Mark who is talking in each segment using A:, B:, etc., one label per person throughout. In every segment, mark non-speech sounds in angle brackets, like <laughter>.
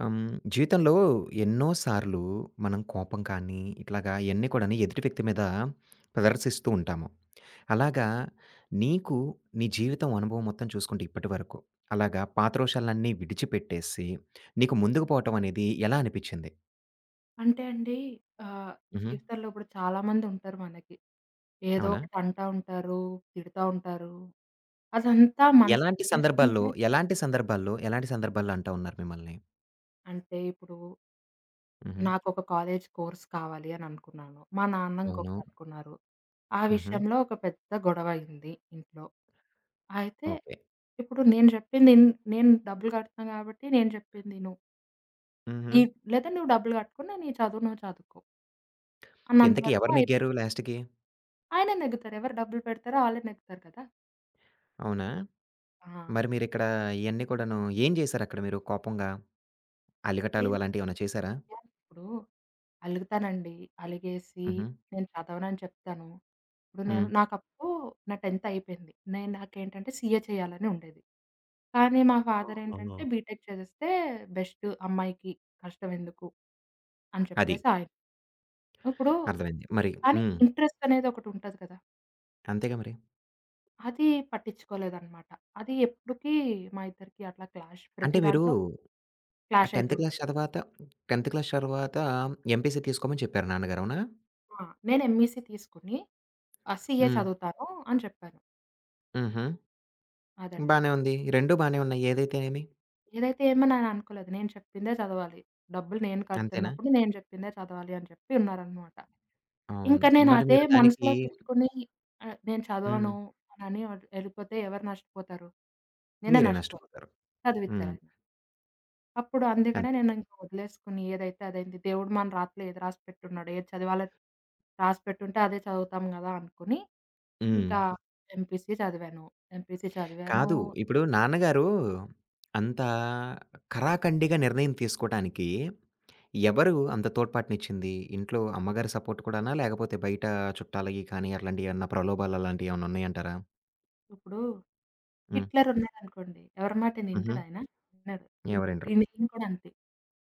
A: హ్మ్. జీవితంలో ఎన్నో సార్లు మనం కోపం కానీ, ఇట్లాగా ఇయన్నీ కూడాను ఎదుటి వ్యక్తి మీద ప్రదర్శిస్తూ ఉంటాము. అలాగా నీకు నీ జీవితం అనుభవం మొత్తం చూసుకుంటే ఇప్పటివరకు, అలాగా పాత రోషాలన్నీ విడిచిపెట్టేసి, నీకు ముందుకు పోవటం అనేది ఎలా అనిపిచ్చింది?
B: అంటే అండి ఆహ్,
A: హుహు.
B: జీవితంలో ఇప్పుడు చాలామందుంటారు మనకి. ఏదో
A: అవునా?
B: ఒకటి అంటా ఉంటారు, తిడతా ఉంటారు. అదంతా మనసుకి
A: ఎలాంటి సందర్భాల్లో,
B: తీసుకుంటే
A: ఎలాంటి సందర్భాల్లో, ఎలాంటి సందర్భాల్లో అంటా ఉన్నారు మిమ్మల్ని?
B: అంటే ఇప్పుడు
A: హుహు.
B: నాకొక కాలేజ్ కోర్స్ కావాలి అని అనుకున్నాను. మా నాన్న
A: అవును.
B: ఇంకొకటి అనుకున్నారు. ఆ
A: హుహు.
B: విషయంలో ఒక పెద్ద గొడవ అయింది ఇంట్లో. అయితే
A: ఓకే.
B: ఇప్పుడు నేను చెప్పింది ఇన్ నేను డబ్బులు కడుతున్నా కాబట్టి నేను చెప్పింది ఇను.
A: హుహు.
B: నీ లేదా నువ్వు డబ్బులు కట్టుకొని నీ చదువు నువ్వు చదువుకో అన్నంత
A: ఇంతకీ
B: వరకు
A: ఎవరు
B: అయి
A: నెగ్గారు లాస్ట్‌కి?
B: ఆయన నెగ్గుతారు. ఎవరు డబ్బులు పెడతారో ఆళ్ళే నెగ్గుతారు కదా!
A: అవునా?
B: ఆ!
A: మరి మీరిక్కడ ఇయన్నీ కూడాను ఏం జేశారక్కడ మీరు కోపంగా?
B: ఏం
A: అలిగటాలు అలాంటియేమన్నా చేశారా?
B: ఇప్పుడు అలుగుతానండి. అలిగేసి
A: హుహు.
B: నేను చదవనని చెప్తాను. ఇప్పుడు నేను
A: హ్మ్.
B: నాకప్పుడు నా 10థ్ అయిపోయింది. నాకేంటంటే సీఏ చేయాలని ఉండేది. కానీ మా ఫాదర్
A: ఆహా!
B: ఏంటంటే బీటెక్ చేసేస్తే బెస్ట్ అమ్మాయికి కష్టం ఎందుకు అని
A: అది.
B: చెప్పేసి ఆయన. ఇప్పుడు
A: అర్థమైంది. మరి
B: కానీ
A: హ్మ్.
B: ఇంట్రెస్ట్ అనేది ఒకటి ఉంటది కదా!
A: అంతేగా మరి.
B: అది పట్టించుకోలేదన్నమాట. అది ఎప్పటికి మా ఇద్దరికి అట్లా క్లాష్
A: అంటే
B: ప్రతి
A: మీరు
B: దాంట్లో
A: ఆహ్,
B: క్లాష్ అయితూ
A: 10థ్ క్లాస్
B: ఉంటది.
A: చదవాత 10థ్ క్లాస్ చర్వాత ఎంపీసీ తీసుకోమని చెప్పారు నాన్నగారు. అవునా?
B: ఆ! నేను ఎంఈసీ తీసుకొని సీఏ
A: హ్మ్.
B: చదువుతాను అని చెప్పాను.
A: హుహు.
B: అదండి.
A: బానే ఉంది. 2 బానే ఉన్నాయి. ఏదైతేనేమి.
B: ఏదైతే ఏమని ఆయన అనుకోలేదు. నేను చెప్పిందే చదవాలి. డబ్బులు నేను
A: అంతేనా?
B: కడుతున్నప్పుడు నేను చెప్పిందే చదవాలి అని చెప్పి ఉన్నారనమాట.
A: అవును.
B: ఇంకా నేను
A: మరి
B: అదే
A: మీరు దానికి
B: మనసులో పెట్టుకొని నేను
A: హ్మ్.
B: చదవను అనని ఎళ్ళిపోతే ఎవరు నష్టపోతారు? నేనే
A: మీరే
B: నష్టపోతా.
A: నష్టపోతారు. హ్మ్.
B: చదివిచ్చారాయన. అప్పుడు అందుకనే
A: అంతే.
B: నేను ఇంక వదిలేసుకొని ఏదైతే అదైంది. దేవుడు మన రాతలో ఏది రాసి పెట్టున్నాడో, ఏది చదవాలో రాసి పెట్టుంటే అదే చదువుతాం గదా! అనుకుని
A: హ్మ్.
B: ఇంకా ఎంపీసీ చదివాను. ఎంపీసీ చదివాను.
A: కాదు. ఇప్పుడు నాన్నగారు అంత కరాకండిగా నిర్ణయం తీసుకోటానికి ఎవరు అంత తోడ్పాటునిచ్చింది? ఇంట్లో అమ్మగారి సపోర్ట్ కూడానా? లేకపోతే బయట చుట్టాలయి కానీ అట్లాంటియేమన్నా ప్రలోభాలు అలాంటియేమన్నా ఉన్నాయంటారా?
B: ఇప్పుడు
A: హ్మ్.
B: హిట్లర్ ఉన్నారనుకోండి. ఎవరి మాటైనా
A: హుహు.
B: ఇంటాడాయన? వినడు. ఇన్
A: ఎవరినరు.
B: ఈయన ఈయన కూడా అంతే.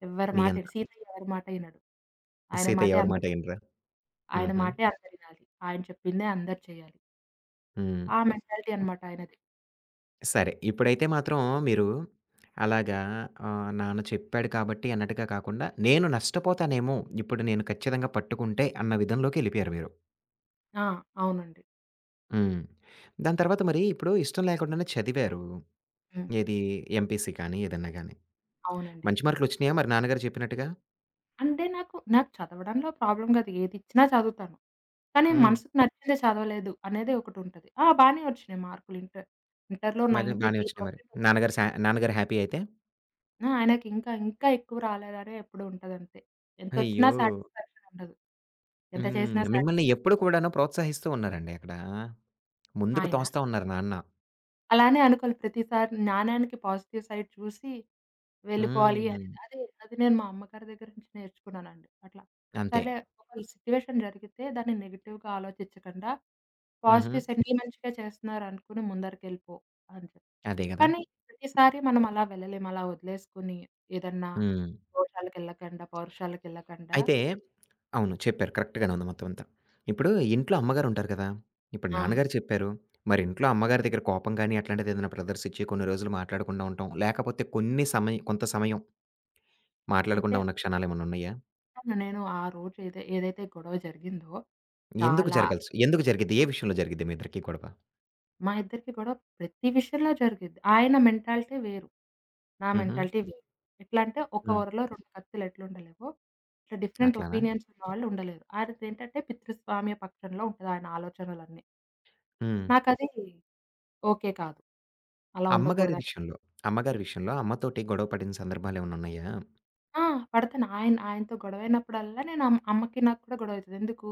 B: ఎవ్వరి
A: నీ
B: మాట
A: అంత
B: ఇనడు. సీతయ్య ఎవరి మాట ఇనడు. ఆయన
A: సీత
B: మాటే
A: ఎవరి మాట
B: అందరు
A: ఇనరా?
B: ఆయన
A: హుహు.
B: మాటే అందరినాలి. ఆయన చెప్పిందే అందరు చేయాలి.
A: హ్మ్.
B: ఆ మెంటాలిటీ అనమాట ఆయనది.
A: సరే. ఇప్పుడైతే మాత్రం మీరు అలాగా నాన్న చెప్పాడు కాబట్టి అన్నట్టుగా కాకుండా, నేను నష్టపోతానేమో! ఇప్పుడు నేను ఖచ్చితంగా పట్టుకుంటే అన్న విధంలోకి ఎళ్ళిపోయారు మీరు.
B: ఆ! అవునండి.
A: హ్మ్. దాని తర్వాత మరి ఇప్పుడు ఇష్టం లేకుండానే చదివారు.
B: హ్మ్.
A: ఏది ఎంపీసీ కానీ, ఏదన్నా గాని.
B: అవునండి.
A: మంచి మార్కులొచ్చినాయా మరి నాన్నగారు చెప్పినట్టుగా?
B: అంటే నాకు నాకు చదవడంలో ప్రాబ్లమ్ కాదు. ఏదిచ్చినా చదువుతాను. కానీ
A: హ్మ్.
B: మనసుకు నచ్చిందే చదవలేదు అనేది ఒకటుంటది. ఆ! బానే వచ్చినాయి మార్కులు. ఇంటర్‌లో
A: మరి బానే వచ్చినాయి మరి.
B: 93% వచ్చింది.
A: నాన్నగారు హ్యాపీ అయితే?
B: ఆ! ఆయనకింకా, ఇంకా ఇంకా ఎక్కువ రాలేదనే ఎప్పుడు ఉంటదంతే. ఎంతొచ్చినా
A: అయ్యో!
B: సాటిస్‌ఫాక్షన్ ఉండదు. ఎంత
A: హ్మ్.
B: చేసినా
A: మిమ్మల్ని
B: సాటిస్‌ఫాక్షన్
A: ఎప్పుడు కూడాను ప్రోత్సహిస్తూ ఉన్నారండి అక్కడ. ముందుకు
B: ఆయన.
A: తోస్తా ఉన్నారు నాన్న.
B: అలానే అనుకోవాలి ప్రతిసారి నాణేనికి పాజిటివ్ సైడ్ చూసి వెళ్ళిపోవాలి అనేది.
A: హ్మ్.
B: అది నేను మా అమ్మగారి దగ్గర నుంచి నేర్చుకున్నానండి. అట్లా.
A: అంతే.
B: సర్లే ఒకవేళ సిట్యుయేషన్ జరిగితే దాన్ని నెగెటివ్‌గా ఆలోచించకుండా
A: హుహు.
B: పాజిటివ్ సైడ్ నీ మంచిగా చేస్తున్నారు అనుకుని ముందరికెళ్ళిపో అని చెప్పి.
A: అదే గదా!
B: కానీ ప్రతిసారి మనం అలా వెళ్ళలేం. అలా వదిలేసుకొని ఏదన్నా
A: హ్మ్.
B: దోషాలకెళ్ళకండా, పౌరుషాలకెళ్ళకండా
A: అయితే అవును. చెప్పారు. కరెక్ట్‌గానే ఉంది మొత్తం అంతా. ఇప్పుడు ఇంట్లో అమ్మగారుంటారు కదా! ఇప్పుడు
B: ఆ!
A: నాన్నగారు చెప్పారు. మరి ఇంట్లో అమ్మగారి దగ్గర కోపం గాని, అట్లాంటిదేదైనా ప్రదర్శించి కొన్ని రోజులు మాట్లాడకుండా ఉండటం, లేకపోతే కొన్ని సమయ కొంత సమయం
B: అంటే
A: మాట్లాడకుండా ఉన్న క్షణాలేమన్నా ఉన్నాయా?
B: తను నేను ఆ రోజు ఏదైతే గొడవ జరిగిందో చాలా
A: ఎందుకు జరిగిద్ది? ఏ విషయంలో జరిగిద్ది మీ ఇద్దరికీ గొడవ?
B: మా ఇద్దరికి గొడవ ప్రతి విషయంలో జరిగిద్ది. ఆయన మెంటాలిటీ వేరు. నా
A: హుహు.
B: మెంటాలిటీ వేరు. ఎట్లా అంటే ఒక
A: హ్మ్.
B: వరలో 2 కత్తులు ఎట్లుండలేవో ఇట్లా డిఫరెంట్
A: అట్లానా?
B: ఒపీనియన్స్ ఉన్నవాళ్ళు ఉండలేరు. ఆయనదేంటంటే పితృస్వామ్య పక్షంలో ఉంటది ఆయన ఆలోచనలన్నీ.
A: హ్మ్.
B: నాకది ఓకే కాదు. అలా
A: అమ్మగారి
B: ఉండకూడదని.
A: విషయంలో, అమ్మగారి విషయంలో అమ్మతోటి గొడవ పడిన సందర్భాలేమన్నా ఉన్నాయా?
B: ఆ! పడతాను. ఆయనతో గొడవైనప్పుడల్లా నేను అమ్మకి నాకు కూడా గొడవ అయితది. ఎందుకు?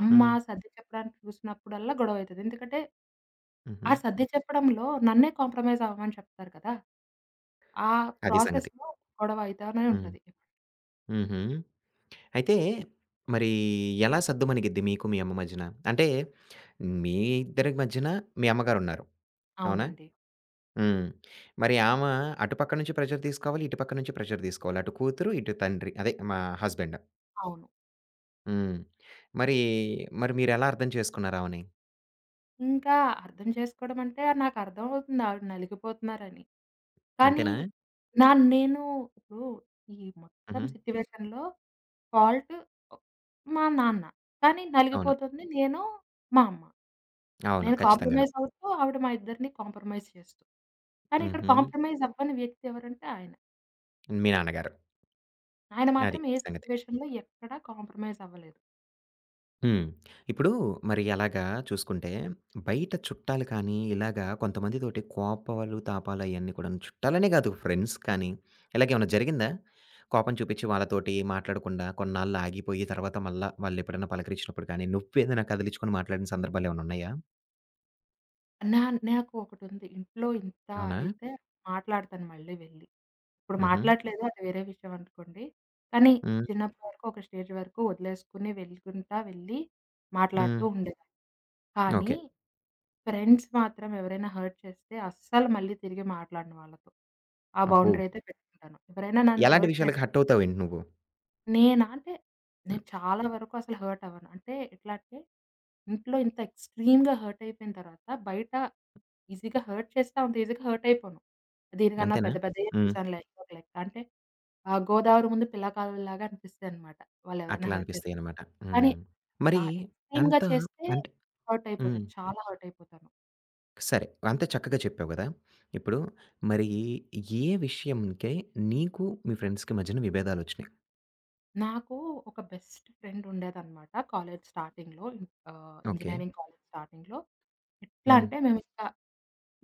B: అమ్మ
A: హ్మ్.
B: సర్ది చెప్పడానికి చూసినప్పుడల్లా గొడవ అయితది. ఎందుకంటే
A: హుహు.
B: ఆ సర్ది చెప్పడంలో నన్నే కాంప్రమైజ్ అవ్వమని చెప్తారు కదా! ఆ
A: అది సంగతి.
B: ప్రాసెస్‌లో గొడవ అయితానే
A: హ్మ్.
B: ఉంటది.
A: హుహు. అయితే మరి ఎలా సద్దుమణిగిద్ది మీకు మీ అమ్మ మధ్యన? అంటే మీ ఇద్దరి మధ్యన మీ అమ్మగారున్నారు. అవునా?
B: అవునండి.
A: హ్మ్. మరి ఆమ అటుపక్క నుంచి ప్రెషర్ తీసుకోవాలి, ఇటుపక్క నుంచి ప్రెషర్ తీసుకోవాలి. అటు కూతురు, ఇటు తండ్రి అదే మా హస్బెండ్.
B: అవును.
A: హ్మ్. మరి, మరి మీరెలా అర్థం చేసుకున్నారు ఆమెని?
B: ఇంకా అర్థం చేసుకోవడం అంటే నాకర్థమవుతుంది ఆవిడ నలిగిపోతున్నారని. కానీ
A: అంతేనా?
B: నా నేను ఇప్పుడు ఈ మొత్తం
A: హుహు.
B: సిట్యుయేషన్‌లో ఫాల్ట్ మా నాన్న. కానీ
A: అవును.
B: నలిగిపోతుంది నేను, మా అమ్మ.
A: అవును.
B: నేను
A: ఖచ్చితంగాను.
B: కాంప్రమైజ్ అవుతూ ఆవిడ మా ఇద్దరిని కాంప్రమైజ్ చేస్తూ. కానీ ఇక్కడ
A: హుహు.
B: కాంప్రమైజ్ అవ్వని వ్యక్తి ఎవరంటే ఆయన.
A: మీ నాన్నగారు.
B: ఆయన
A: అది
B: మాత్రం ఏ
A: సంగతి.
B: సిట్యుయేషన్‌లో ఎక్కడా కాంప్రమైజ్ అవ్వలేదు.
A: హ్మ్. ఇప్పుడు మరి ఎలాగా చూసుకుంటే, బయట చుట్టాలు కానీ, ఇలాగా కొంతమందితోటి కోపాలు, తాపాలు అయన్నీ కూడాను చుట్టాలనే కాదు ఫ్రెండ్స్ కానీ, ఇలాగేమన్నా జరిగిందా? కోపం చూపిచ్చి వాళ్ళతోటి మాట్లాడకుండా కొన్నాళ్ళు ఆగిపోయి తర్వాత మళ్ళా వాళ్ళెప్పుడైనా పలకరించినప్పుడు కానీ, నువ్వేదైనా కదిలిచ్చుకొని మాట్లాడిన సందర్భాలేమన్నా ఉన్నాయా?
B: నా నాకు ఒకటుంది. ఇంట్లో ఇంత
A: అవునా?
B: అయితే మాట్లాడతాను మళ్ళీ వెళ్ళి. ఇప్పుడు
A: హుహు.
B: మాట్లాడట్లేదు అది వేరే విషయం అనుకోండి. కానీ
A: హ్మ్.
B: చిన్నప్పటి వరకు ఒక స్టేజ్ వరకు వదిలేసుకొని వెళ్ళుకుంటా వెళ్ళి
A: హ్మ్.
B: మాట్లాడుతూ ఉండేదాన్ని. కానీ
A: ఓకే.
B: ఫ్రెండ్స్ మాత్రం ఎవరైనా హర్ట్ చేస్తే అస్సలు మళ్ళీ తిరిగి మాట్లాడను వాళ్ళతో. ఆ
A: అబ్బో!
B: బౌండరీ అయితే పెట్టుకుంటాను. ఎవరైనా నన్ను
A: ఎలాంటి
B: హర్ట్
A: విషయాలకి
B: చేస్తే
A: హర్ట్ అవుతావేంటి నువ్వు?
B: నేనా? అంటే నేను
A: హ్మ్.
B: చాలా వరకు అసలు హర్ట్ అవ్వను. అంటే ఎట్లా అంటే, ఇంట్లో ఇంత ఎక్స్‌ట్రీమ్‌గా హర్ట్ అయిపోయిన తర్వాత బయట ఈజీగా హర్ట్ చేస్తా అంత ఈజీగా హర్ట్ అయిపోను. దీనికన్నా
A: అంతేనా?
B: పెద్దయే
A: హ్మ్.
B: చూసానులే ఏదో ఒక లెక్క. అంటే గోదావరి ముందు పిల్లకాలువలాగా అనిపిస్తాయనమాట. వాళ్ళెవరైనా
A: అట్లా
B: హర్ట్ చేస్తే.
A: అనిపిస్తాయనమాట.
B: కానీ
A: హ్మ్. మరి
B: ఆ ఎక్స్‌ట్రీమ్‌గా
A: అంతా
B: చేస్తే
A: అంటే
B: హర్ట్
A: హ్మ్.
B: అయిపోతాను. చాలా హర్ట్ అయిపోతాను.
A: సరే. అంత చక్కగా చెప్పావు గదా! ఇప్పుడు మరి ఏ విషయంకై నీకు, మీ ఫ్రెండ్స్‌కి మధ్యన విభేదాలొచ్చినియి?
B: నాకు ఒక బెస్ట్ ఫ్రెండ్ ఉండేదనమాట.
A: ఓకే.
B: ఇంజినీరింగ్ కాలేజ్ స్టార్టింగ్‌లో. ఎట్లా
A: హ్మ్.
B: అంటే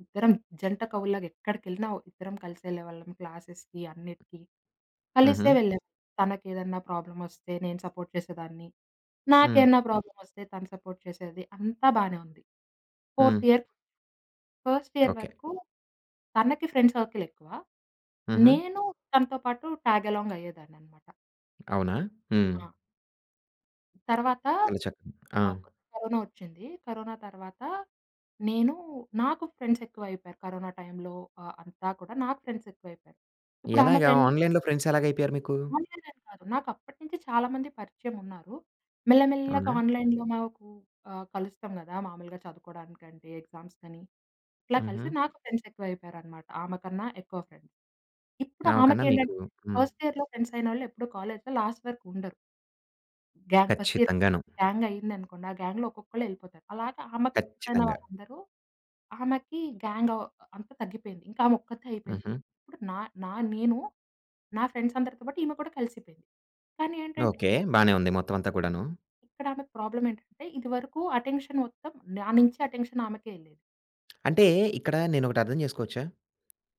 B: ఇద్దరం జంట కవుల్లాగా ఎక్కడికెళ్ళినా ఇద్దరం కలిసే వెళ్ళేవాళ్ళం క్లాసెస్‌కి, అన్నిటికి.
A: హుహు.
B: కలిసే వెళ్ళేవాళ్ళం. తనకేదన్నా ప్రాబ్లమొస్తే నేను సపోర్ట్ చేసేదాన్ని.
A: హ్మ్.
B: నాకేమన్నా ప్రాబ్లమొస్తే తను సపోర్ట్ చేసేది. అంతా బానే ఉంది.
A: హ్మ్.
B: Fourth year first year
A: okay.
B: వరకు తనకి ఫ్రెండ్ సర్కిల్ ఎక్కువ.
A: హుహు.
B: నేను తనతో పాటు టాగ్ ఎలాంగ్ అయ్యేదాన్ననమాట.
A: అవునా? హ్మ్.
B: ఆ! తర్వాత
A: చాలా చక్కగా ఆ!
B: ఆహ్, కరోనా ఒచ్చింది. కరోనా తర్వాత నేను నాకు ఫ్రెండ్స్ ఎక్కువైపోయారు. కరోనా టైంలో అంతా కూడా నాకు ఫ్రెండ్స్ ఎక్కువైపోయారు. ఇప్పుడు ఆమె
A: ఎలాగా?
B: ఫ్రెండ్స్
A: ఆన్‌లైన్‌లో ఫ్రెండ్స్ ఎలాగైపోయారు మీకు?
B: ఆన్‌లైన్‌లని కాదు. నాకప్పటి నుంచి చాలా మంది పరిచయం ఉన్నారు. మెల్ల మెల్లగా
A: అవునా?
B: ఆన్‌లైన్‌లో మాకు కలుస్తాం గదా! మామూలుగా చదువుకోవడానికంటే ఎగ్జామ్స్‌కని ఇట్లా
A: హుహు.
B: కలిసి నాకు ఫ్రెండ్స్ ఎక్కువైపోయారనమాట. ఆమె కన్నా ఎక్కువ ఫ్రెండ్స్. ఇప్పుడు
A: ఆమె కన్నా మీకు
B: ఆమెకేంటంటే
A: హ్మ్.
B: ఫస్ట్ ఇయర్‌లో ఫ్రెండ్స్ అయినోళ్ళు ఎప్పుడు కాలేజ్‌లో లాస్ట్ వరకు ఉండరు. గ్యాంగ్ ఫస్ట్ ఇయర్
A: ఖచ్చితంగాను.
B: గ్యాంగ్ అయిందనుకోండి. ఆ గ్యాంగ్‌లో ఒక్కొక్కళ్ళు ఎళ్ళిపోతారు. అలాగా ఆమెకు ఫ్రెండ్స్ అయిన
A: ఖచ్చితంగా.
B: వాళ్ళందరూ ఆమెకి గ్యాంగ్ ఆహ్, అంతా తగ్గిపోయింది. ఇంకా ఆమె ఒక్కతే అయిపోయింది.
A: హుహు.
B: ఇప్పుడు నా నా నేను నా ఫ్రెండ్స్ అందరితో పాటు ఈమె కూడా కలిసిపోయింది. కానీ ఏంటంటే
A: ఓకే. బానే ఉంది మొత్తం అంతా కూడాను.
B: ఇక్కడ ఆమెకు ప్రాబ్లమ్ ఏంటంటే ఇదివరకు అటెన్షన్ మొత్తం నా నుంచి అటెన్షన్ ఆమెకే ఎళ్ళేది.
A: అంటే ఇక్కడ నేనొకటి అర్థం జేసుకోవచ్చా?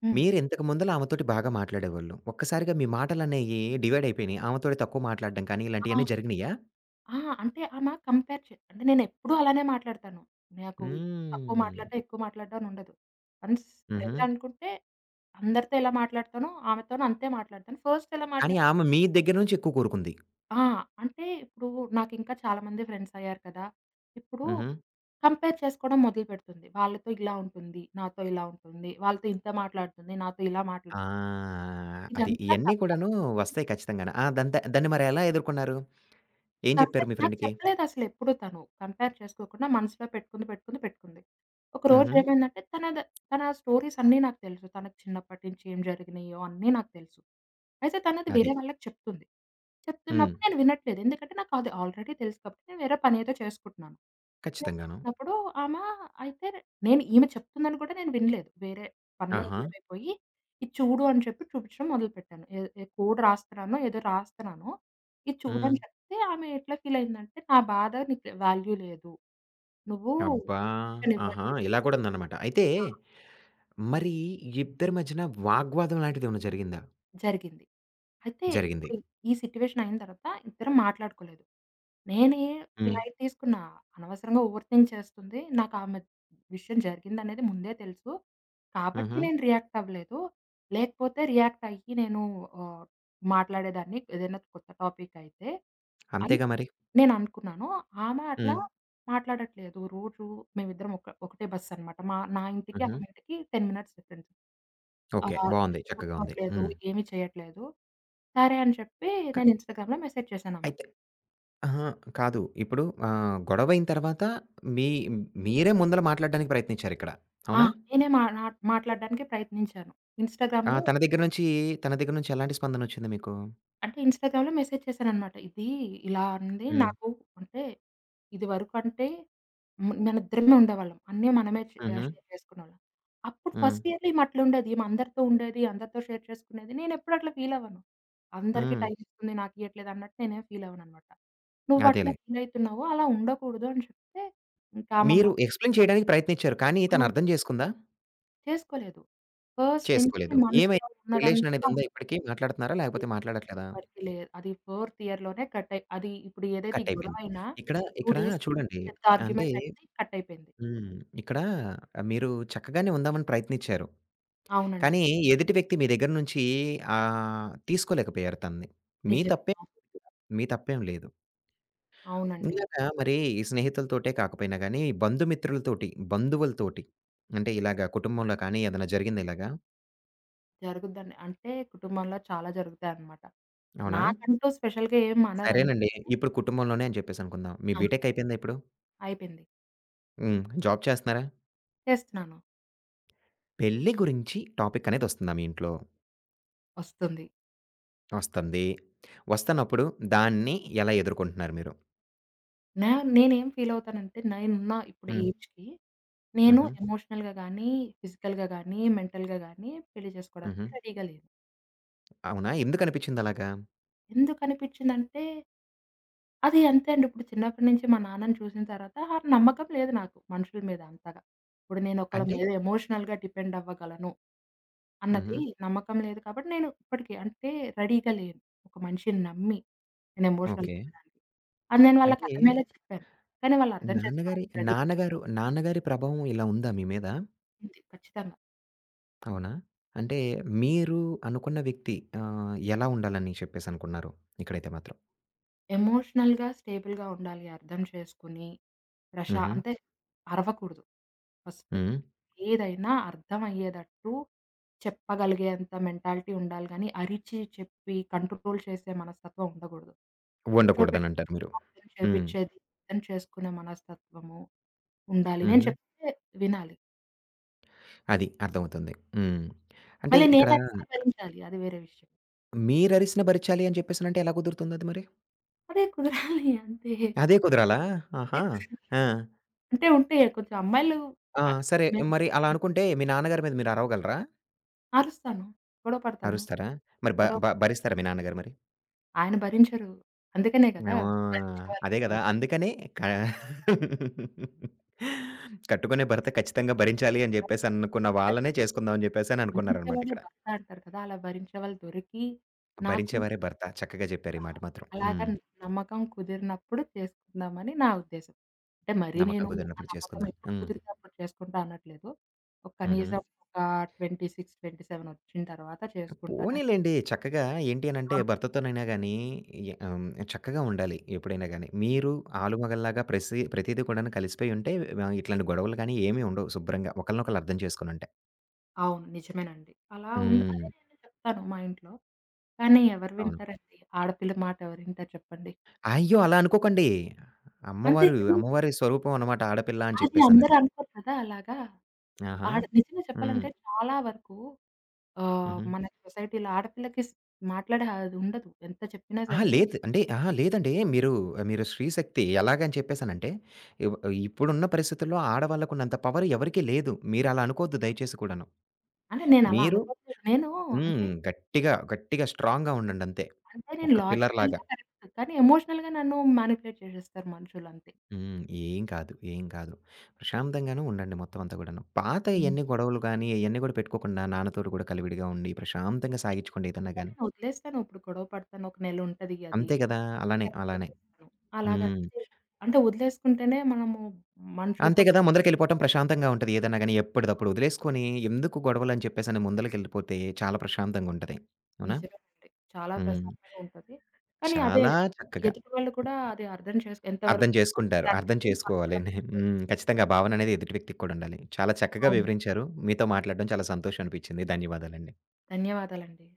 B: హ్మ్.
A: మీరింతకు ముందల ఆమెతోటి బాగా మాట్లాడేవాళ్ళు. ఒక్కసారిగా మీ మాటలనేయి డివైడ్ అయిపోయినియి. ఆమెతోటి తక్కువ మాట్లాడడం కానీ,
B: ఆ!
A: ఇలాంటియన్నీ జరిగినియా?
B: ఆ! అంటే ఆమ కంపేర్ చే అంటే నేనెప్పుడూ అలానే మాట్లాడతాను. నాకు తక్కువ
A: హ్మ్.
B: మాట్లాడడం, ఎక్కువ మాట్లాడడం అని ఉండదు. వన్స్
A: హుహు.
B: ఫ్రెండ్ అనుకుంటే అందరితో ఎలా మాట్లాడతానో ఆమెతోను అంతే మాట్లాడతాను. ఫస్ట్ ఎలా మాట్లా
A: కానీ ఆమె మీ దగ్గర నుంచి ఎక్కువ కోరుకుంది.
B: ఆ! అంటే ఇప్పుడు నాకింకా చాలా మంది ఫ్రెండ్స్ అయ్యారు కదా! ఇప్పుడు
A: హుహు.
B: కంపేర్ చేసుకోవడం మొదలుపెడుతుంది. వాళ్ళతో ఇలా ఉంటుంది, నాతో ఇలా ఉంటుంది, వాళ్ళతో ఇంత మాట్లాడుతుంది, నాతో ఇలా మాట్లాడుతుంది.
A: ఆ! అది.
B: ఇదంతా
A: ఇయన్నీ
B: కంపేర్
A: కూడాను వస్తాయి ఖచ్చితంగాను. ఆ! దంత దాన్ని మరి ఎలా ఎదుర్కొన్నారు? ఏం జెప్పారు
B: కంపేర్
A: మీ
B: నాకు
A: ఫ్రెండ్‌కి?
B: చెప్పలేదసలెప్పుడు తను. కంపేర్ చేసుకోకుండా మనసులో పెట్టుకుంది. ఒకరోజు
A: హుహు.
B: ఏమైందంటే తన స్టోరీస్ అన్నీ నాకు తెలుసు. తనకి చిన్నప్పటి నుంచి ఏం జరిగినాయో అన్నీ నాకు తెలుసు. అయితే తనది
A: అది.
B: వేరే వాళ్ళకి చెప్తుంది.
A: హ్మ్.
B: చెప్తున్నప్పుడు నేను వినట్లేదు. ఎందుకంటే నాకది ఆల్రెడీ తెలుసు కాబట్టి నేను వేరే పనేదో చేసుకుంటున్నాను.
A: ఖచ్చితంగాను.
B: చేసుకుంటున్నప్పుడు ఆమ అయితే నేను ఈమె చెప్తుందని కూడా నేను వినలేదు. వేరే పనిలో
A: ఆహా!
B: లీనమైపోయి, ఇది చూడు అని చెప్పి చూపించడం మొదలుపెట్టాను. ఏ ఏ కోడ్ రాస్తున్నానో ఏదో రాస్తున్నాను. ఇది
A: హ్మ్.
B: చూడని చెప్తే ఆమె ఎట్లా ఫీల్ అయిందంటే, "నా బాధ నీకు వాల్యూ లేదు. నువ్వు
A: అబ్బా!
B: అటెన్షన్
A: ఆహా!
B: ఇవ్వట్లేదు".
A: ఇలా కూడా ఉందన్నమాట. అయితే
B: ఆ!
A: మరి ఇద్దరి మధ్యన వాగ్వాదం లాంటిదేమన్నా జరిగిందా?
B: జరిగింది. అయితే
A: జరిగింది.
B: ఇప్పుడు ఈ సిట్యుయేషన్ అయిన తర్వాత ఇద్దరం మాట్లాడుకోలేదు. నేనే
A: హ్మ్.
B: ఫ్లైట్ తీసుకున్నా. అనవసరంగా ఓవర్ థింక్ చేస్తుంది. నాకు ఆమె విషయం జరిగిందనేది ముందే తెలుసు. కాబట్టి
A: హుహు.
B: నేను రియాక్ట్ అవ్వలేదు. లేకపోతే రియాక్ట్ అయ్యి నేను ఆహ్, మాట్లాడేదాన్ని ఏదైనా కొత్త టాపిక్ అయితే అని
A: అంతేగా మరి.
B: నేను అనుకున్నాను. ఆమె అట్లా
A: హ్మ్.
B: మాట్లాడట్లేదు. రోజు మేమిద్దరం ఒకటే బస్సనమాట. నా ఇంటికి
A: హుహు.
B: ఆమె ఇంటికి 10 మినిట్స్ డిఫరెన్స్. ఆ!
A: ఓకే. బావుంది. చక్కగా ఉంది.
B: కూర్చోట్లేదు,
A: హ్మ్.
B: ఏమి చేయట్లేదు. సరే అని చెప్పి
A: క
B: నేను ఇన్‌స్టాగ్రామ్‌లో మెసేజ్ చేశానన్నమాట.
A: అయితే అహా! కాదు. ఇప్పుడు గొడవయిన తర్వాత మీ మీరే ముందల మాట్లాడడానికి ప్రయత్నించారిక్కడ.
B: ఆ!
A: అవునా?
B: నేనే మా నా మాట్లాడడానికి ప్రయత్నించాను.
A: ఆ!
B: ఇన్‌స్టాగ్రామ్‌లో
A: తన దగ్గర నుంచి ఎలాంటి స్పందనొచ్చింది మీకు?
B: ఇన్‌స్టాగ్రామ్‌లో మెసేజ్ చేశాననమాట. ఇలా అంది
A: హ్మ్.
B: నాకు. అంటే ఇదివరకంటే మనిద్దరమే ఉండేవాళ్ళం. అన్నీ మనమే
A: హుహు.
B: షేర్ చేసుకునేవాళ్ళం. అప్పుడు
A: హ్మ్.
B: ఫస్ట్ ఇయర్‌లో ఈమె అట్లుండేది. ఈమె అందరితో ఉండేది. అందరితో షేర్ చేసుకునేది. నేనెప్పుడు అట్లా ఫీల్ అవ్వను. అందరికీ
A: హ్మ్.
B: టైమ్ ఇస్తుంది. నాకియ్యట్లేదు అన్నట్టు నేనేం ఫీల్ అవ్వననమాట. నువ్వట్లా
A: అదేలే.
B: ఫీల్ అయితున్నావు. అలా ఉండకూడదు అని చెప్తే ఇంకా ఆమె మ
A: మీరు ఎక్స్‌ప్లెయిన్ చేయడానికి ప్రయత్నించారు. కానీ తను
B: హ్మ్.
A: అర్థం చేసుకుందా?
B: చేసుకోలేదు. ఫస్ట్ నుంచి
A: చేసుకోలేదు. ఏమైంది?
B: మనసులో
A: రిలేషన్
B: ఉన్నదంతా
A: అనేదుందా ఇప్పటికి? మాట్లాడుతున్నారా? లేకపోతే మాట్లాడట్లేదా?
B: వరకి లేదు. అది ఫోర్త్ ఇయర్‌లోనే కట్ అయి అది ఇప్పుడు ఏదైతే ఈ
A: కట్ అయిపోయింది.
B: గొడవైనా
A: ఇక్కడ
B: 2
A: ఇక్కడ
B: డేస్‌కి
A: చూడండి
B: పెద్ద
A: అంటే
B: ఆర్గ్యుమెంట్ అయింది. కట్ అయిపోయింది.
A: హ్మ్. ఇక్కడ మీరు చక్కగానే ఉందామని ప్రయత్నించారు.
B: అవునండి.
A: కానీ ఎదుటి వ్యక్తి మీ దగ్గర నుంచి తీసుకోలేకపోయారు తనని. మీ
B: నిజమే.
A: తప్పేం
B: అవును.
A: లేదు. మీ తప్పేం లేదు.
B: అవునండి.
A: ఇలాగా మరి ఈ స్నేహితులతోటే కాకపోయినా గానీ, బంధుమిత్రులతోటి, బంధువులతోటి అంటే ఇలాగ కుటుంబంలో కానీ ఏదైనా జరిగిందా ఇలాగా?
B: జరుగుద్దండి. అంటే కుటుంబంలో చాలా జరుగుతాయన్నమాట.
A: అవునా?
B: నాకంటూ స్పెషల్‌గా ఏం అనరు.
A: సరేనండి.
B: ఎందుకంటే
A: ఇప్పుడు కుటుంబంలోనే అని చెప్పేసి అనుకుందాం. మీ
B: ఆ!
A: బీటెక్ అయిపోయిందా ఇప్పుడు?
B: అయిపోయింది.
A: హ్మ్. జాబ్ చేస్తున్నారా?
B: చేస్తున్నాను.
A: పెళ్లి గురించి టాపిక్ అనేది వస్తుందా మీ ఇంట్లో?
B: వస్తుంది.
A: వస్తుంది. వస్తున్నప్పుడు దాన్ని ఎలా ఎదుర్కొంటున్నారు మీరు?
B: నా నేనేం ఫీల్ అవుతానంటే నేనున్న ఇప్పుడు
A: హ్మ్.
B: ఏజ్‌కి నేను
A: హుహు.
B: ఎమోషనల్‌గా గానీ, ఫిజికల్‌గా గానీ, మెంటల్‌గా గానీ పెళ్లి
A: హుహు.
B: చేసుకోవడానికి రెడీగా లేను.
A: అవునా? ఎందుకనిపిచ్చిందలాగా?
B: ఎందుకనిపిచ్చిందంటే అది అంతే అండి. ఇప్పుడు చిన్నప్పటి నుంచి మా నాన్నని చూసిన తర్వాత ఆ నమ్మకం లేదు నాకు మనుషుల మీద అంతగా. ఇప్పుడు నేను ఒకళ్ళ
A: అంటే?
B: మీద ఎమోషనల్‌గా డిపెండ్ అవ్వగలను
A: హుహు.
B: అన్నది నమ్మకం లేదు కాబట్టి నేను ఇప్పటికి అంటే రెడీగా లేను. ఒక మనిషిని నమ్మి నేను ఎమోషనల్‌గా
A: ఓకే.
B: ఉండడానికి. అది నేను వాళ్ళకి
A: అంటే
B: అర్థమయ్యేలా చెప్పాను. కానీ వాళ్ళు అర్థం
A: నాన్నగారి
B: చేసుకోవడానికి రెడీ
A: నాన్నగారి ప్రభావం ఇలా ఉందా మీ మీద?
B: ఉంది ఖచ్చితంగా.
A: అవునా? అంటే మీరు అనుకున్న వ్యక్తి ఎలా ఉండాలని చెప్పేసనుకున్నారు ఇక్కడైతే మాత్రం?
B: ఎమోషనల్‌గా స్టేబుల్‌గా ఉండాలి. అర్థం చేసుకొని, ప్రశా
A: హుహు.
B: అంటే అరవకూడదు ఫస్ట్.
A: హ్మ్.
B: ఏదైనా అర్థమయ్యేటట్టు చెప్పగలిగేంత మెంటాలిటీ ఉండాలి గానీ, అరిచి చెప్పి కంట్రోల్ చేసే మనస్తత్వం ఉండకూడదు. కూర్చోబెట్టి
A: ఉండకూడదనంటారు మీరు.
B: అర్థం
A: హ్మ్.
B: చేపిచ్చేది, అర్థం చేసుకునే మనస్తత్వము ఉండాలి. నేను
A: హుహు.
B: చెప్తే వినాలి.
A: అది. అర్థమవుతుంది. హ్మ్. అంటే
B: మళ్ళీ
A: ఇక్కడ
B: నేనరిస్తే భరించాలి అది వేరే విషయం.
A: మీరరిసిన భరించాలి అని చెప్పేసనంటే ఎలా కుదురుతుందది మరి?
B: అదే కుదరాలి అంతే.
A: అదే కుదరాలా?
B: అదే
A: ఆహా!
B: కుదరాలి.
A: ఆ!
B: అంటే ఉంటాయి కొంచెం అమ్మాయిలు
A: ఆ!
B: ఆహ్,
A: సరే.
B: మేము
A: మరి అలా
B: <unintelligible>
A: అనుకుంటే మీ నాన్నగారి మీద మీరు అరవగలరా?
B: అరుస్తాను. గొడవ పడతాను.
A: అరుస్తారా? మరి బ
B: గొడవ
A: బ భరిస్తారా మీ నాన్నగారు మరి?
B: ఆయన భరించరు. అందుకనే
A: ఆ!
B: కదా! భరించేవాళ్ళు
A: అదే గదా!
B: కావాలి.
A: అందుకనే క కట్టుకునే భర్త ఖచ్చితంగా భరించాలి అని జెప్పేసి అనుకున్న
B: భరి
A: వాళ్ళనే
B: భరిస్తే
A: చేసుకుందాం అని జెప్పేసని అనుకున్నారనమాట
B: భరించేవాడే
A: ఇక్కడ.
B: భర్త అంటారు కదా! అలా భరించేవాళ్ళు దొరికి, నాకు
A: భరించేవారే భర్త. చక్కగా జెప్పారు ఈ
B: ఆహ్,
A: మాట మాత్రం.
B: అలాగా
A: హ్మ్.
B: నమ్మకం కుదిరినప్పుడు చేసుకుందామని నా ఉద్దేశం. అంటే మరీ
A: నమ్మకం
B: నేను ఆ
A: కుదిరినప్పుడు
B: నమ్మకం
A: చేసుకుందాం.
B: ఎప్పుడు
A: హ్మ్.
B: కుదిరితే అప్పుడు చేసుకుంటా అనట్లేదు. ఒక
A: హుహు.
B: కనీసం ఒక 26, 27 వచ్చిన తర్వాత చేసుకుంటానని
A: పోనీలెండి. చక్కగా ఏంటి అనంటే
B: ఆ!
A: భర్తతోనైనా గానీ, య ఆహ్, చక్కగా ఉండాలి ఎప్పుడైనా గానీ. మీరు ఆలుమగల్లాగా ప్రతీదీ కూడాను కలిసిపోయి ఉంటే ఇట్లాంటి గొడవలు గానీ ఏమీ ఉండవు శుభ్రంగా. ఒకళ్ళనొకళ్ళు అర్థం చేసుకొనుంటే.
B: అవును. నిజమేనండి. అలా ఉండ
A: హ్మ్.
B: అదే నేను చెప్తాను మా ఇంట్లో. కానీ ఎవరు
A: అవును.
B: వింటారండి? ఆడపిల్ల మాట ఎవరు వింటారు చెప్పండి?
A: అయ్యో! అలా అనుకోకండి.
B: అంతే
A: అమ్మవారు,
B: కానీ
A: అమ్మవారి స్వరూపం అనమాట ఆడపిల్ల అని
B: అది అందరూ
A: చెప్పేసనంటే.
B: అనుకోరు కదా! అలాగా.
A: ఆహా!
B: నిజంగా
A: హ్మ్.
B: చెప్పాలంటే చాలా వరకు
A: హుహు.
B: మన సొసైటీలో ఆడపిల్లకి స్ మాట్లాడే అది ఉండదు. ఎంత చెప్పినా
A: అహా!
B: సరే.
A: లేదు. అంటే అహా! లేదండి. మీరు, మీరు స్త్రీ శక్తి ఎలాగని చెప్పేసనంటే, ఇవ్ ఇప్పుడున్న పరిస్థితుల్లో ఆడవాళ్ళకున్నంత పవర్ ఎవరికీ లేదు. మీరలా అనుకోవద్దు దయచేసి కూడాను.
B: అంటే నేను అలా
A: మీరు
B: అనుకోవట్లేదు. నేను
A: హ్మ్.
B: అంటే,
A: గట్టిగా స్ట్రాంగ్‌గా ఉండండంతే.
B: అంటే నేను
A: ఒక పిల్లర్‌లాగా.
B: లాజికల్‌గా కరెక్ట్. కానీ ఎమోషనల్‌గా నన్ను మానిప్యులేట్ చేసేస్తారు మనుషులు అంతే.
A: హ్మ్. ఏం కాదు, ఏం కాదు. ప్రశాంతంగానే ఉండండి మొత్తం అంతా కూడాను. పాత
B: హ్మ్.
A: ఇయన్నీ గొడవలు గానీ, ఇయన్నీ గూడా పెట్టుకోకుండా నాన్నతోటి గూడా కలివిడిగా ఉండి, ప్రశాంతంగా సాగిచ్చుకోండి ఏదన్నా
B: అంటే
A: గానీ.
B: నేను వదిలేస్తాను. ఇప్పుడు గొడవ పడతాను. ఒక నెల ఉంటది అది.
A: అంతే గదా! అలానే,
B: తర్వాత
A: అలానే.
B: వదిలేస్తాను. అలాగంతే.
A: హ్మ్.
B: అంటే అంటే వదిలేసుకుంటేనే మనము
A: అంతే
B: మనుషులతో
A: గదా! ముందలకెళ్ళిపోవటం ప్రశాంతంగా ఉంటది ఏదన్నా గానీ. ఎప్పటిదప్పుడు వదిలేసుకొని, ఎందుకు గొడవలని చెప్పేసని ముందలకెళ్ళిపోతే చాలా ప్రశాంతంగుంటది. అవునా?
B: నిజమేనండి. చాలా
A: హ్మ్.
B: ప్రశాంతంగా ఉంటది. కానీ అదే
A: చాలా చక్కగా
B: ఎదుటి వాళ్ళు కూడా అది అర్థం చేసు
A: అర్థం
B: ఎంతవరకు మీరు
A: చేసుకుంటారు. అర్థం
B: పట్టిస్తారనేది వాళ్ళు కూడా
A: చేసుకోవాలి.
B: అర్థం చేసు
A: హ్మ్. ఖచ్చితంగా ఆ భావన అనేది ఎదుటి వ్యక్తికి కూడా ఉండాలి. చాలా చక్కగా
B: అవును.
A: వివరించారు. మీతో మాట్లాడడం చాలా సంతోషం అనిపించింది. ధన్యవాదాలండి.
B: ధన్యవాదాలండి.